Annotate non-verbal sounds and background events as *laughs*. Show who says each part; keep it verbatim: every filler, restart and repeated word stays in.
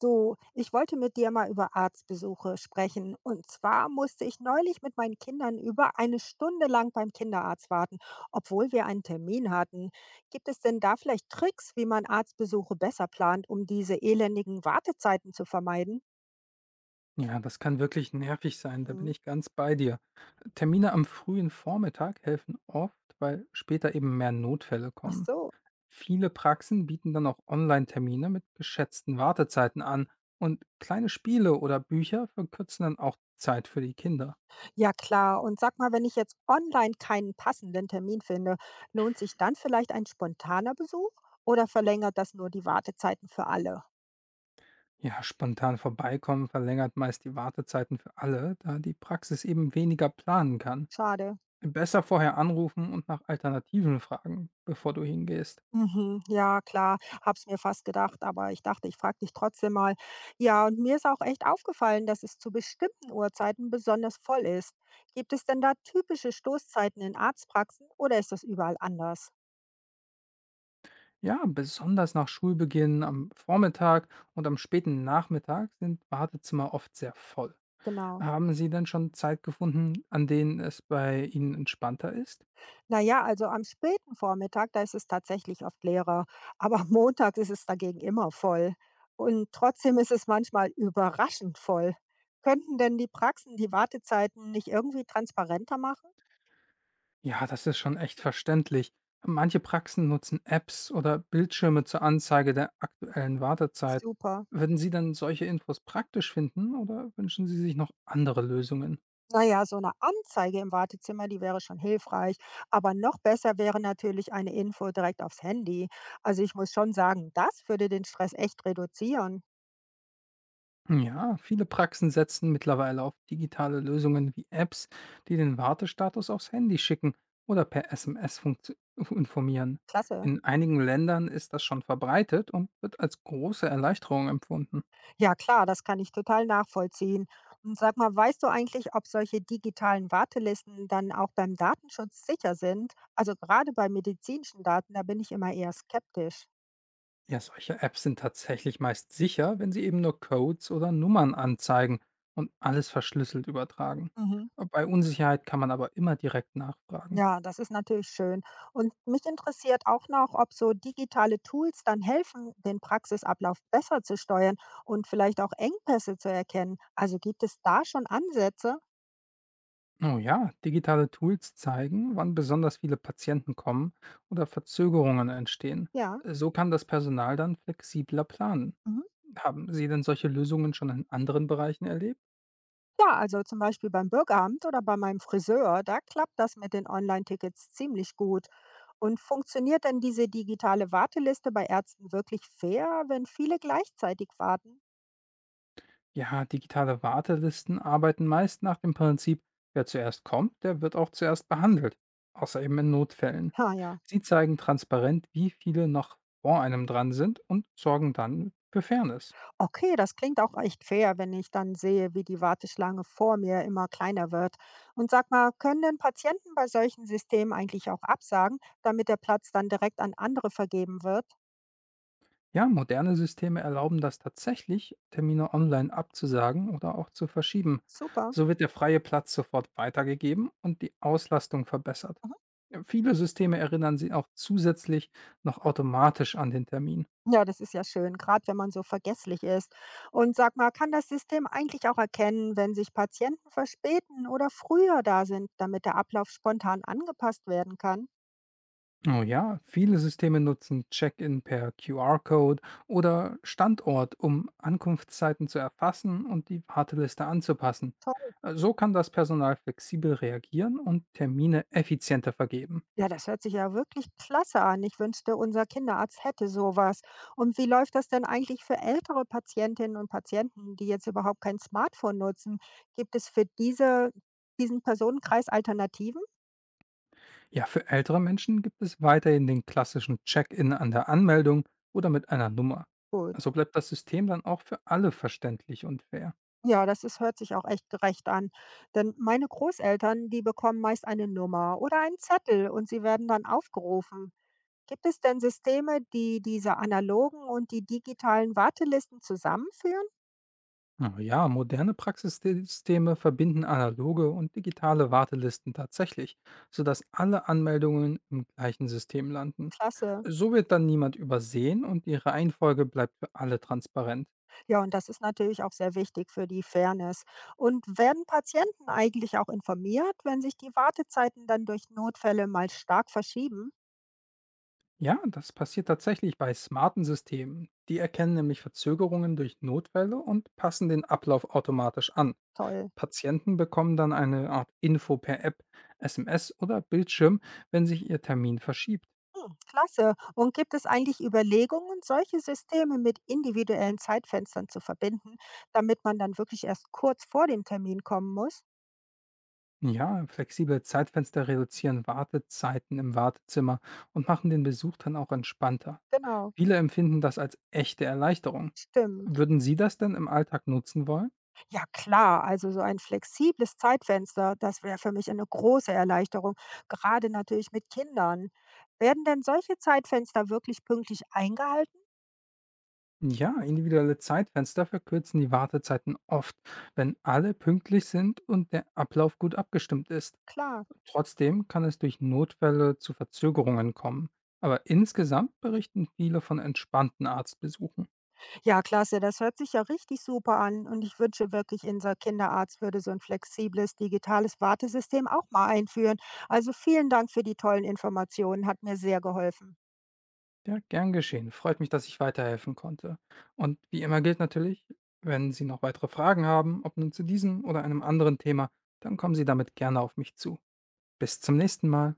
Speaker 1: Du, ich wollte mit dir mal über Arztbesuche sprechen. Und zwar musste ich neulich mit meinen Kindern über eine Stunde lang beim Kinderarzt warten, obwohl wir einen Termin hatten. Gibt es denn da vielleicht Tricks, wie man Arztbesuche besser plant, um diese elendigen Wartezeiten zu vermeiden?
Speaker 2: Ja, das kann wirklich nervig sein, da bin
Speaker 1: Mhm.
Speaker 2: ich ganz bei dir. Termine am frühen Vormittag helfen oft, weil später eben mehr Notfälle
Speaker 1: Ach
Speaker 2: kommen.
Speaker 1: so.
Speaker 2: Viele Praxen bieten dann auch Online-Termine mit geschätzten Wartezeiten an und kleine Spiele oder Bücher verkürzen dann auch die Zeit für die Kinder.
Speaker 1: Ja klar. Und sag mal, wenn ich jetzt online keinen passenden Termin finde, lohnt sich dann vielleicht ein spontaner Besuch oder verlängert das nur die Wartezeiten für alle?
Speaker 2: Ja, spontan vorbeikommen verlängert meist die Wartezeiten für alle, da die Praxis eben weniger planen kann.
Speaker 1: Schade.
Speaker 2: Besser vorher anrufen und nach Alternativen fragen, bevor du hingehst.
Speaker 1: Mhm, ja klar, hab's mir fast gedacht, aber ich dachte, ich frage dich trotzdem mal. Ja, und mir ist auch echt aufgefallen, dass es zu bestimmten Uhrzeiten besonders voll ist. Gibt es denn da typische Stoßzeiten in Arztpraxen oder ist das überall anders?
Speaker 2: Ja, besonders nach Schulbeginn am Vormittag und am späten Nachmittag sind Wartezimmer oft sehr voll.
Speaker 1: Genau.
Speaker 2: Haben Sie denn schon Zeit gefunden, an denen es bei Ihnen entspannter ist?
Speaker 1: Naja, also am späten Vormittag, da ist es tatsächlich oft leerer, aber *laughs* montags ist es dagegen immer voll. Und trotzdem ist es manchmal überraschend voll. Könnten denn die Praxen die Wartezeiten nicht irgendwie transparenter machen?
Speaker 2: Ja, das ist schon echt verständlich. Manche Praxen nutzen Apps oder Bildschirme zur Anzeige der aktuellen Wartezeit.
Speaker 1: Super.
Speaker 2: Würden Sie dann solche Infos praktisch finden oder wünschen Sie sich noch andere Lösungen?
Speaker 1: Na ja, so eine Anzeige im Wartezimmer, die wäre schon hilfreich. Aber noch besser wäre natürlich eine Info direkt aufs Handy. Also, ich muss schon sagen, das würde den Stress echt reduzieren.
Speaker 2: Ja, viele Praxen setzen mittlerweile auf digitale Lösungen wie Apps, die den Wartestatus aufs Handy schicken oder per S M S funktio- *laughs* informieren.
Speaker 1: Klasse.
Speaker 2: In einigen Ländern ist das schon verbreitet und wird als große Erleichterung empfunden.
Speaker 1: Ja klar, das kann ich total nachvollziehen. Und sag mal, weißt du eigentlich, ob solche digitalen Wartelisten dann auch beim Datenschutz sicher sind? Also, gerade bei medizinischen Daten, da bin ich immer eher skeptisch.
Speaker 2: Ja, solche Apps sind tatsächlich meist sicher, wenn sie eben nur Codes oder Nummern anzeigen und alles verschlüsselt übertragen.
Speaker 1: Mhm.
Speaker 2: Bei Unsicherheit kann man aber immer direkt nachfragen.
Speaker 1: Ja, das ist natürlich schön. Und mich interessiert auch noch, ob so digitale Tools dann helfen, den Praxisablauf besser zu steuern und vielleicht auch Engpässe zu erkennen. Also gibt es da schon Ansätze?
Speaker 2: Oh ja, digitale Tools zeigen, wann besonders viele Patienten kommen oder Verzögerungen entstehen.
Speaker 1: Ja.
Speaker 2: So kann das Personal dann flexibler planen.
Speaker 1: Mhm.
Speaker 2: Haben Sie denn solche Lösungen schon in anderen Bereichen erlebt?
Speaker 1: Ja, also zum Beispiel beim Bürgeramt oder bei meinem Friseur, da klappt das mit den Online-Tickets ziemlich gut. Und funktioniert denn diese digitale Warteliste bei Ärzten wirklich fair, wenn viele gleichzeitig warten?
Speaker 2: Ja, digitale Wartelisten arbeiten meist nach dem Prinzip, wer zuerst kommt, der wird auch zuerst behandelt, außer eben in Notfällen.
Speaker 1: Ja, ja.
Speaker 2: Sie zeigen transparent, wie viele noch vor einem dran sind und sorgen dann für Fairness.
Speaker 1: Okay, das klingt auch echt fair, wenn ich dann sehe, wie die Warteschlange vor mir immer kleiner wird. Und sag mal, können denn Patienten bei solchen Systemen eigentlich auch absagen, damit der Platz dann direkt an andere vergeben wird?
Speaker 2: Ja, moderne Systeme erlauben das tatsächlich, Termine online abzusagen oder auch zu verschieben.
Speaker 1: Super.
Speaker 2: So wird der freie Platz sofort weitergegeben und die Auslastung verbessert.
Speaker 1: Mhm.
Speaker 2: Ja, viele Systeme erinnern sie auch zusätzlich noch automatisch an den Termin.
Speaker 1: Ja, das ist ja schön, gerade wenn man so vergesslich ist. Und sag mal, kann das System eigentlich auch erkennen, wenn sich Patienten verspäten oder früher da sind, damit der Ablauf spontan angepasst werden kann?
Speaker 2: Oh ja, viele Systeme nutzen Check-in per Q R-Code oder Standort, um Ankunftszeiten zu erfassen und die Warteliste anzupassen.
Speaker 1: Toll.
Speaker 2: Äh, So kann das Personal flexibel reagieren und Termine effizienter vergeben.
Speaker 1: Ja, das hört sich ja wirklich klasse an. Ich wünschte, unser Kinderarzt hätte sowas. Und wie läuft das denn eigentlich für ältere Patientinnen und Patienten, die jetzt überhaupt kein Smartphone nutzen? Gibt es für diese, diesen Personenkreis Alternativen?
Speaker 2: Ja, für ältere Menschen gibt es weiterhin den klassischen Check-in an der Anmeldung oder mit einer Nummer.
Speaker 1: Gut.
Speaker 2: Also bleibt das System dann auch für alle verständlich und fair.
Speaker 1: Ja, das ist, hört sich auch echt gerecht an. Denn meine Großeltern, die bekommen meist eine Nummer oder einen Zettel und sie werden dann aufgerufen. Gibt es denn Systeme, die diese analogen und die digitalen Wartelisten zusammenführen?
Speaker 2: Aber ja, moderne Praxissysteme verbinden analoge und digitale Wartelisten tatsächlich, sodass alle Anmeldungen im gleichen System landen.
Speaker 1: Klasse.
Speaker 2: So wird dann niemand übersehen und die Reihenfolge bleibt für alle transparent.
Speaker 1: Ja, und das ist natürlich auch sehr wichtig für die Fairness. Und werden Patienten eigentlich auch informiert, wenn sich die Wartezeiten dann durch Notfälle mal stark verschieben?
Speaker 2: Ja, das passiert tatsächlich bei smarten Systemen. Die erkennen nämlich Verzögerungen durch Notfälle und passen den Ablauf automatisch an.
Speaker 1: Toll.
Speaker 2: Patienten bekommen dann eine Art Info per App, S M S oder Bildschirm, wenn sich ihr Termin verschiebt.
Speaker 1: Hm, klasse. Und gibt es eigentlich Überlegungen, solche Systeme mit individuellen Zeitfenstern zu verbinden, damit man dann wirklich erst kurz vor dem Termin kommen muss?
Speaker 2: Ja, flexible Zeitfenster reduzieren Wartezeiten im Wartezimmer und machen den Besuch dann auch entspannter.
Speaker 1: Genau,
Speaker 2: Viele empfinden das als echte Erleichterung.
Speaker 1: stimmt.
Speaker 2: Würden Sie das denn im Alltag nutzen wollen?
Speaker 1: Ja klar, also so ein flexibles Zeitfenster, das wäre für mich eine große Erleichterung, gerade natürlich mit Kindern. Werden denn solche Zeitfenster wirklich pünktlich eingehalten?
Speaker 2: Ja, individuelle Zeitfenster verkürzen die Wartezeiten oft, wenn alle pünktlich sind und der Ablauf gut abgestimmt ist.
Speaker 1: Klar.
Speaker 2: Trotzdem kann es durch Notfälle zu Verzögerungen kommen. Aber insgesamt berichten viele von entspannten Arztbesuchen.
Speaker 1: Ja, klasse, das hört sich ja richtig super an und ich wünsche wirklich, unser Kinderarzt würde so ein flexibles digitales Wartesystem auch mal einführen. Also vielen Dank für die tollen Informationen, hat mir sehr geholfen.
Speaker 2: Ja, gern geschehen. Freut mich, dass ich weiterhelfen konnte. Und wie immer gilt natürlich, wenn Sie noch weitere Fragen haben, ob nun zu diesem oder einem anderen Thema, dann kommen Sie damit gerne auf mich zu. Bis zum nächsten Mal.